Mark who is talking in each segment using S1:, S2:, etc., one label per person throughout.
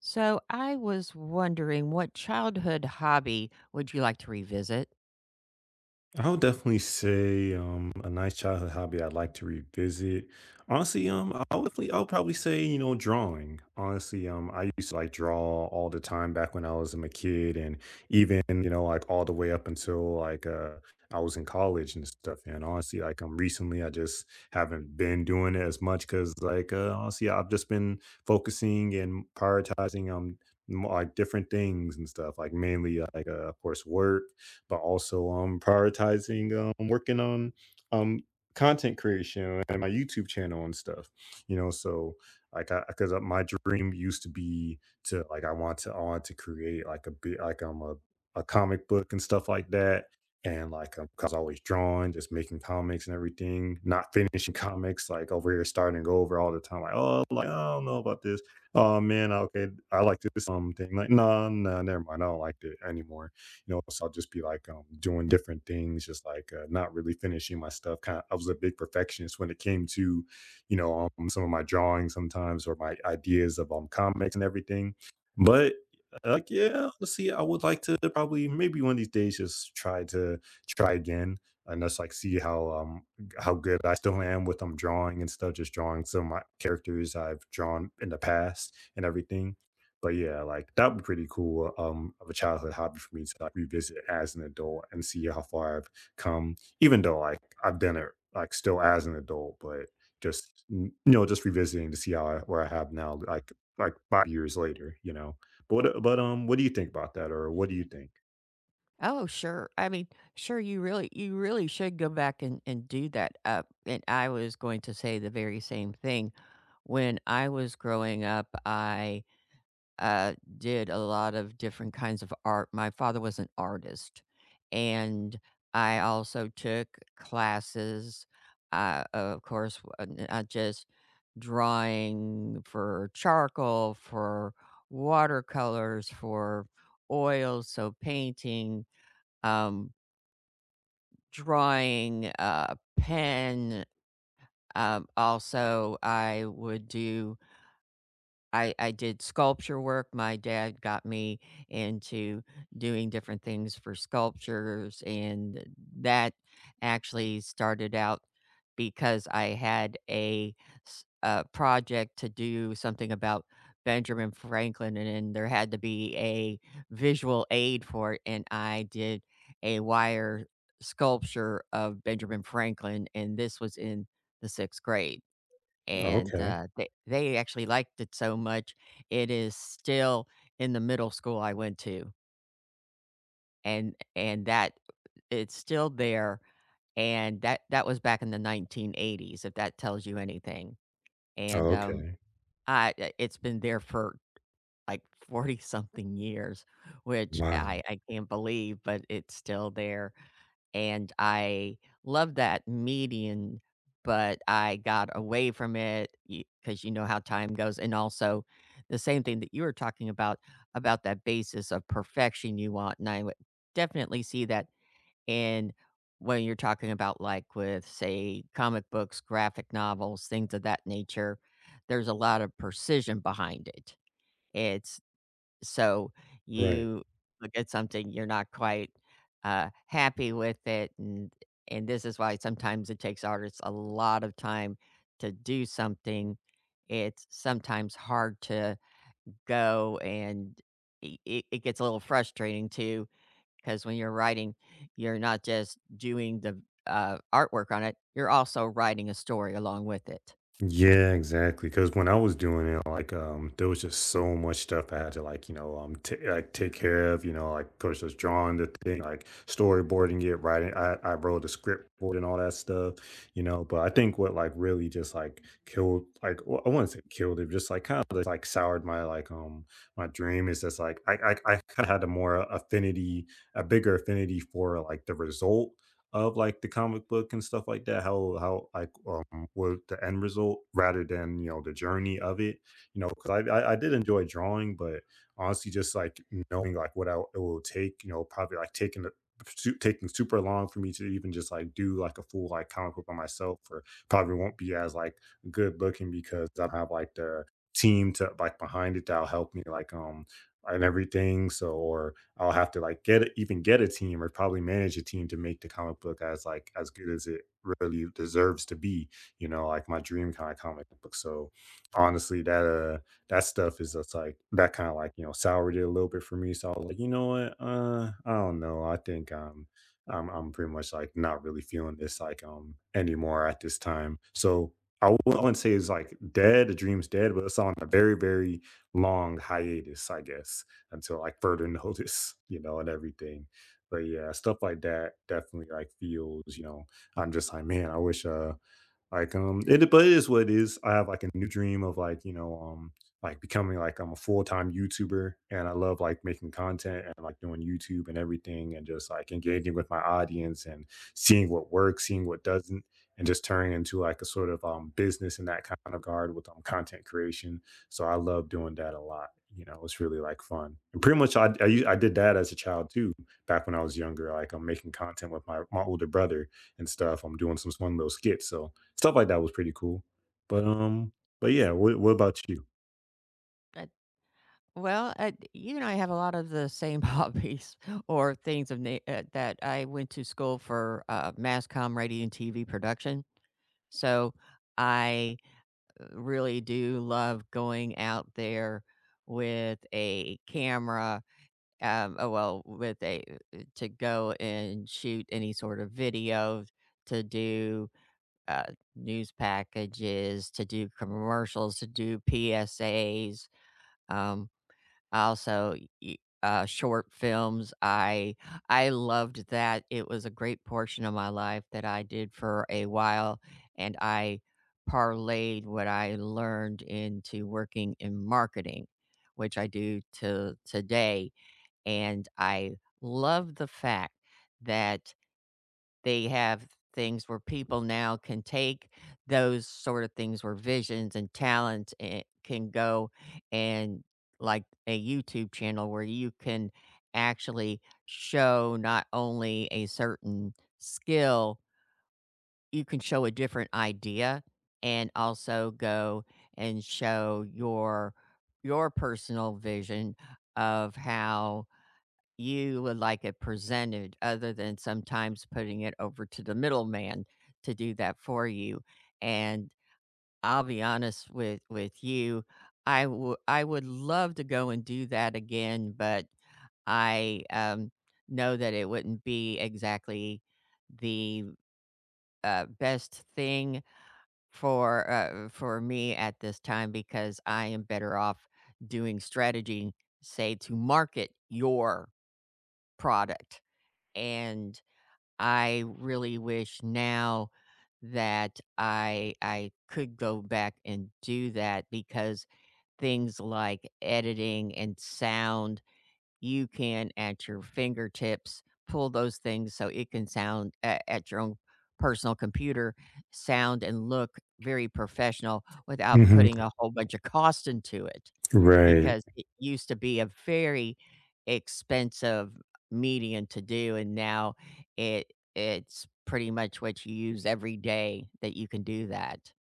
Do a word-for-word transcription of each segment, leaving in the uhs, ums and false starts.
S1: So I was wondering what childhood hobby would you like to revisit?
S2: I would definitely say um, a nice childhood hobby I'd like to revisit. Honestly, um, I would definitely, I would probably say you know drawing. Honestly, um, I used to like draw all the time back when I was um, a kid, and even you know like all the way up until like uh, I was in college and stuff. And honestly, like um, recently I just haven't been doing it as much because like uh, honestly I've just been focusing and prioritizing um mo- like different things and stuff. Like mainly like uh, of course work but also um prioritizing, um working on, um content creation and my YouTube channel and stuff. You know, so like I, because my dream used to be to like, I want to I want to create like a bit like I'm a, a comic book and stuff like that. And like, um, cause I was always drawing, just making comics and everything, not finishing comics, like over here starting over all the time. Like, oh, like, I don't know about this. Oh man, okay, I like this um thing. Like, no, nah, no, nah, never mind. I don't like it anymore. You know, so I'll just be like um, doing different things, just like uh, not really finishing my stuff. Kind of, I was a big perfectionist when it came to, you know, um, some of my drawings sometimes or my ideas of um, comics and everything. But like, yeah, let's see. I would like to probably maybe one of these days just try to try again and just like see how um how good I still am with um drawing and stuff, just drawing some of my characters I've drawn in the past and everything, but yeah, like that would be pretty cool um of a childhood hobby for me to like revisit as an adult and see how far I've come, even though like I've done it like still as an adult, but just n- you know, just revisiting to see how I, where I have now, like like five years later, you know. But what- uh, but um, what do you think about that, or what do you think?
S1: Oh, sure. I mean, sure, you really you really should go back and, and do that. Uh, and I was going to say the very same thing. When I was growing up, I uh, did a lot of different kinds of art. My father was an artist, and I also took classes. Uh, of course, w- uh, not just drawing for charcoal, for watercolors, for oils, so painting, um, drawing, uh, pen. Um, also, I would do I I did sculpture work. My dad got me into doing different things for sculptures, and that actually started out because I had a, s- a project to do something about Benjamin Franklin, and then there had to be a visual aid for it, and I did a wire sculpture of Benjamin Franklin, and this was in the sixth grade.
S2: Oh,
S1: And
S2: okay,
S1: uh, they they actually liked it so much, it is still in the middle school I went to, and and that it's still there, and that that was back in the nineteen eighties, if that tells you anything. And
S2: oh,
S1: um,
S2: okay,
S1: I I it's been there for, like, forty something years, which
S2: wow,
S1: I I can't believe, but it's still there. And I love that median, but I got away from it because you know how time goes, and also the same thing that you were talking about, about that basis of perfection you want, and I would definitely see that in when you're talking about, like, with, say, comic books, graphic novels, things of that nature, there's a lot of precision behind it. It's so
S2: right.
S1: you look at something, you're not quite uh, happy with it, and and this is why sometimes it takes artists a lot of time to do something. It's sometimes hard to go and it it it gets a little frustrating too, because when you're writing, you're not just doing the uh, artwork on it, you're also writing a story along with it.
S2: Yeah, exactly. Because when I was doing it, like, um, there was just so much stuff I had to like, you know, um, t like take care of. You know, like, of course, just drawing the thing, like storyboarding it, writing. I I wrote the script for it and all that stuff. You know, but I think what like really just like killed, like, well, I wouldn't say killed it, just like kind of like soured my like um my dream is just like I I, I kind of had a more affinity, a bigger affinity for like the result of like the comic book and stuff like that, how how like um what the end result rather than you know the journey of it, you know, because I, I i did enjoy drawing but honestly just like knowing like what I, it will take, you know, probably like taking the su- taking super long for me to even just like do like a full like comic book by myself, or probably won't be as like good looking because I don't have like the team to like behind it that'll help me like um and everything, so or I'll have to like get a- even get a team or probably manage a team to make the comic book as like as good as it really deserves to be, you know, like my dream kind of comic book. So honestly, that uh that stuff is just like that kind of like, you know, soured it a little bit for me. So I was like, you know what? Uh I don't know. I think um I'm I'm pretty much like not really feeling this like um anymore at this time. So I wou- I wouldn't say it's like dead, the dream's dead, but it's on a very, very long hiatus, I guess until like further notice, you know, and everything. But yeah, stuff like that definitely like feels, you know, I'm just like, man, I wish uh like, um, it, but it is what it is. I have like a new dream of like, you know, um, like becoming like I'm a full-time YouTuber and I love like making content and like doing YouTube and everything and just like engaging with my audience and seeing what works, seeing what doesn't, and just turning into like a sort of um business in that kind of guard with um content creation. So I love doing that a lot. You know, it's really like fun. And pretty much I I, u- I did that as a child too, back when I was younger. Like I'm making content with my my older brother and stuff. I'm doing some fun little skits. So stuff like that was pretty cool. But, um, but yeah, what what about you?
S1: Well, uh, you and I have a lot of the same hobbies or things of na- uh, that I went to school for uh, mass comm, radio, and T V production. So I uh, really do love going out there with a camera, um, uh, well, with a uh, to go and shoot any sort of video, to do uh, news packages, to do commercials, to do P S As. Um, I also y uh, short films, I I loved that. It was a great portion of my life that I did for a while, and I parlayed what I learned into working in marketing, which I do to today, and I love the fact that they have things where people now can take those sort of things where visions and talents eh, can go and like a YouTube channel where you can actually show not only a certain skill, you can show a different idea and also go and show your your personal vision of how you would like it presented other than sometimes putting it over to the middleman to do that for you. And I'll be honest with with you, I would I would love to go and do that again, but I um, know that it wouldn't be exactly the uh, best thing for, uh for me at this time because I am better off doing strategy, say, to market your product and I really wish now that I I could go back and do that because things like editing and sound, you can at your fingertips pull those things so it can sound at, at your own personal computer, sound and look very professional without
S2: Mhm.
S1: putting a whole bunch of cost into it.
S2: Right.
S1: Because it used to be a very expensive medium to do, and now it it's pretty much what you use every day that you can do that.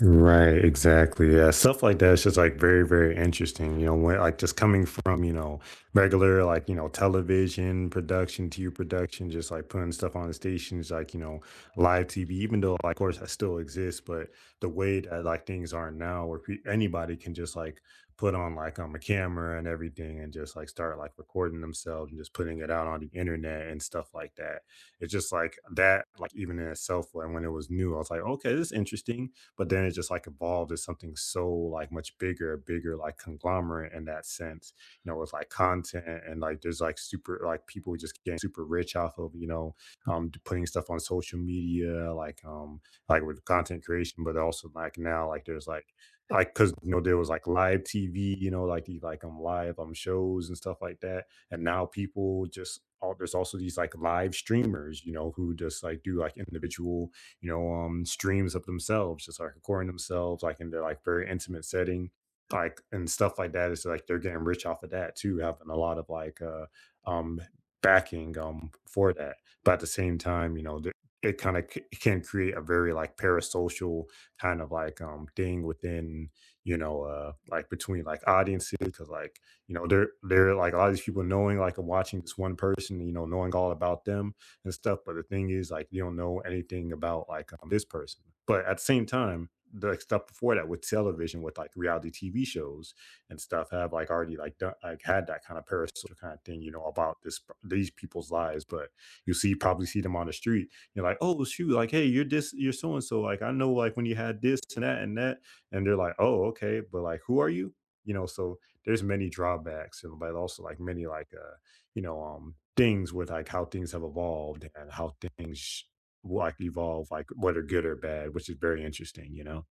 S2: Right, exactly. Yeah, stuff like that's just like very, very interesting. You know, when like just coming from, you know, regular like, you know, television production to your production, just like putting stuff on the stations like, you know, live T V, even though like of course that still exists, but the way that like things are now where pe- anybody can just like put on like um a camera and everything and just like start like recording themselves and just putting it out on the internet and stuff like that. It's just like that, like even in itself, when when it was new, I was like, okay, this is interesting, but then it just like evolved as something so like much bigger, bigger like conglomerate in that sense, you know, with like content and like there's like super like people just getting super rich off of, you know, um d- putting stuff on social media, like um like with content creation, but also like now like there's like like because you know there was like live T V, you know, like these like um live um shows and stuff like that, and now people just all there's also these like live streamers, you know, who just like do like individual, you know, um, streams of themselves, just like recording themselves, like in their like very intimate setting, like and stuff like that. It's like they're getting rich off of that too, having a lot of like uh, um, backing um for that. But at the same time, you know, th- it kind of c- can create a very like parasocial kind of like um thing within, you know, uh like between like audiences because like, you know, they're they're like a lot of these people knowing like and watching this one person, you know, knowing all about them and stuff. But the thing is, like, you don't know anything about like um, this person. But at the same time, the like, stuff before that with television, with like reality T V shows and stuff, have like already like done, like had that kind of parasocial kind of thing, you know, about this these people's lives. But you see, probably see them on the street. You're like, oh shoot, like hey, you're this, you're so and so. Like I know, like when you had this and that and that, and they're like, oh okay, but like who are you? You know, so there's many drawbacks and but also like many like uh you know, um, things with like how things have evolved and how things will like evolve, like whether good or bad, which is very interesting, you know?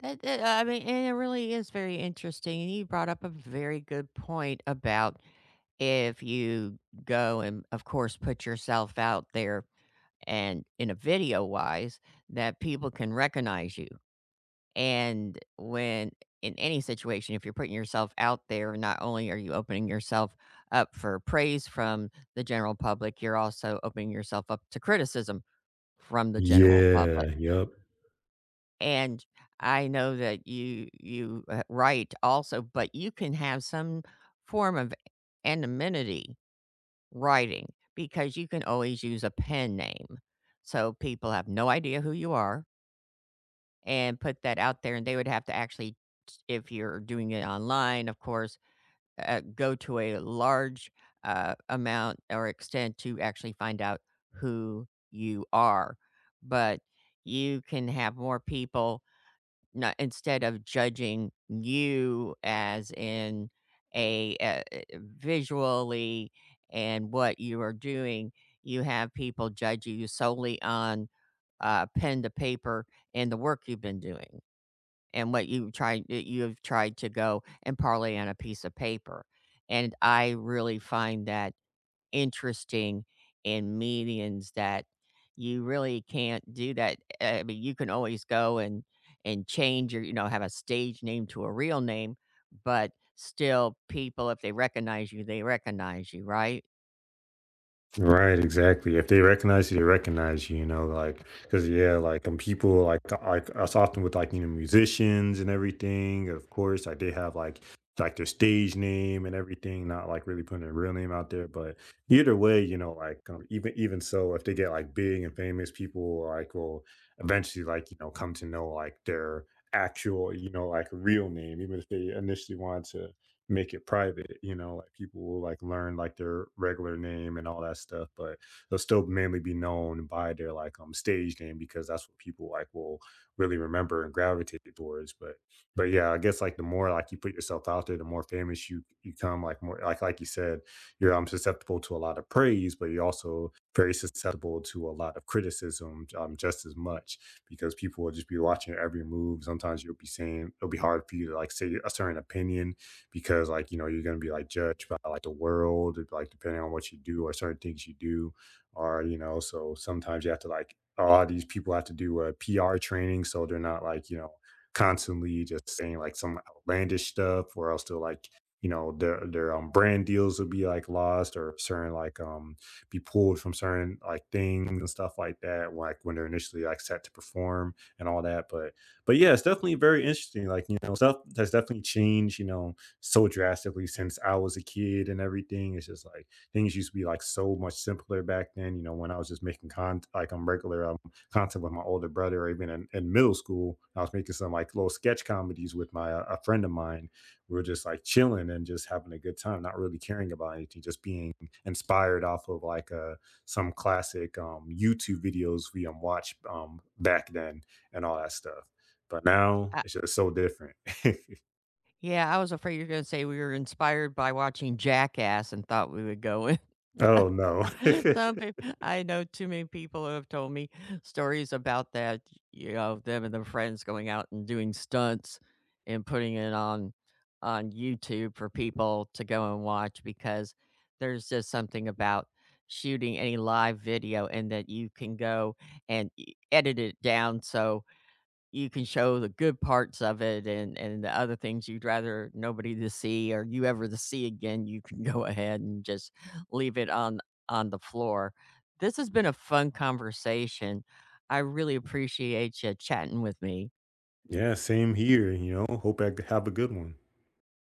S1: That that uh, I mean, and it really is very interesting, and you brought up a very good point about if you go and, of course, put yourself out there and in a video-wise, that people can recognize you. And when in any situation, if you're putting yourself out there, not only are you opening yourself up for praise from the general public, you're also opening yourself up to criticism from the general public.
S2: Yeah, yep.
S1: And I know that you you uh, write also, but you can have some form of anonymity writing because you can always use a pen name. So people have no idea who you are, and put that out there, and they would have to actually if you're doing it online, of course, uh, go to a large uh, amount or extent to actually find out who you are, but you can have more people not instead of judging you as in a uh, eh, visually and what you are doing, you have people judge you solely on uh, pen to paper and the work you've been doing and what you tried that you have tried to go and parlay on a piece of paper. And I really find that interesting in medians that you really can't do that. Eh, I mean, you can always go and and change your, you know, have a stage name to a real name, but still people, if they recognize you, they recognize you, right?
S2: Right, exactly. If they recognize you, they recognize you, you know, like, because, yeah, like, um, people, like, like, us often with, like, you know, musicians and everything, of course, like, they have, like, like their stage name and everything, not like really putting their real name out there. But either way, you know, like, um, even, even so, if they get, like, big and famous, people, like, will eventually, like, you know, come to know, like, their actual, you know, like, real name, even if they initially wanted to make it private, you know, like people will like learn like their regular name and all that stuff, but they'll still mainly be known by their like um stage name because that's what people like will really remember and gravitate towards. But but yeah, I guess like the more like you put yourself out there, the more famous you you come, like more like like you said, you're um susceptible to a lot of praise, but you're also very susceptible to a lot of criticism um just as much because people will just be watching your every move. Sometimes you'll be saying it'll be hard for you to like say a certain opinion because like you know you're going to be like judged by like the world like depending on what you do or certain things you do or you know so sometimes you have to like a these people have to do a P R training so they're not like you know constantly just saying like some outlandish stuff or else they're like you know their their um, brand deals will be like lost or certain like um be pulled from certain like things and stuff like that like when they're initially like set to perform and all that, but but yeah it's definitely very interesting like you know stuff has definitely changed you know so drastically since I was a kid and everything. It's just like things used to be like so much simpler back then. You know, when I was just making con like I'm regular um, content with my older brother, or even in, in middle school, I was making some like little sketch comedies with my uh, a friend of mine. We were just like chilling and just having a good time, not really caring about anything, just being inspired off of like uh, some classic um, YouTube videos we um, watched um, back then and all that stuff. But now
S1: I,
S2: it's just so different.
S1: yeah, I was afraid you're going to say we were inspired by watching Jackass and thought we would go.
S2: Oh no.
S1: Some people, I know too many people who have told me stories about that, you know, them and their friends going out and doing stunts and putting it on on YouTube for people to go and watch because there's just something about shooting any live video and that you can go and e- edit it down so you can show the good parts of it and and the other things you'd rather nobody to see or you ever to see again, you can go ahead and just leave it on on the floor. This has been a fun conversation. I really appreciate you chatting with me.
S2: Yeah, same here. You know, hope I have a good one.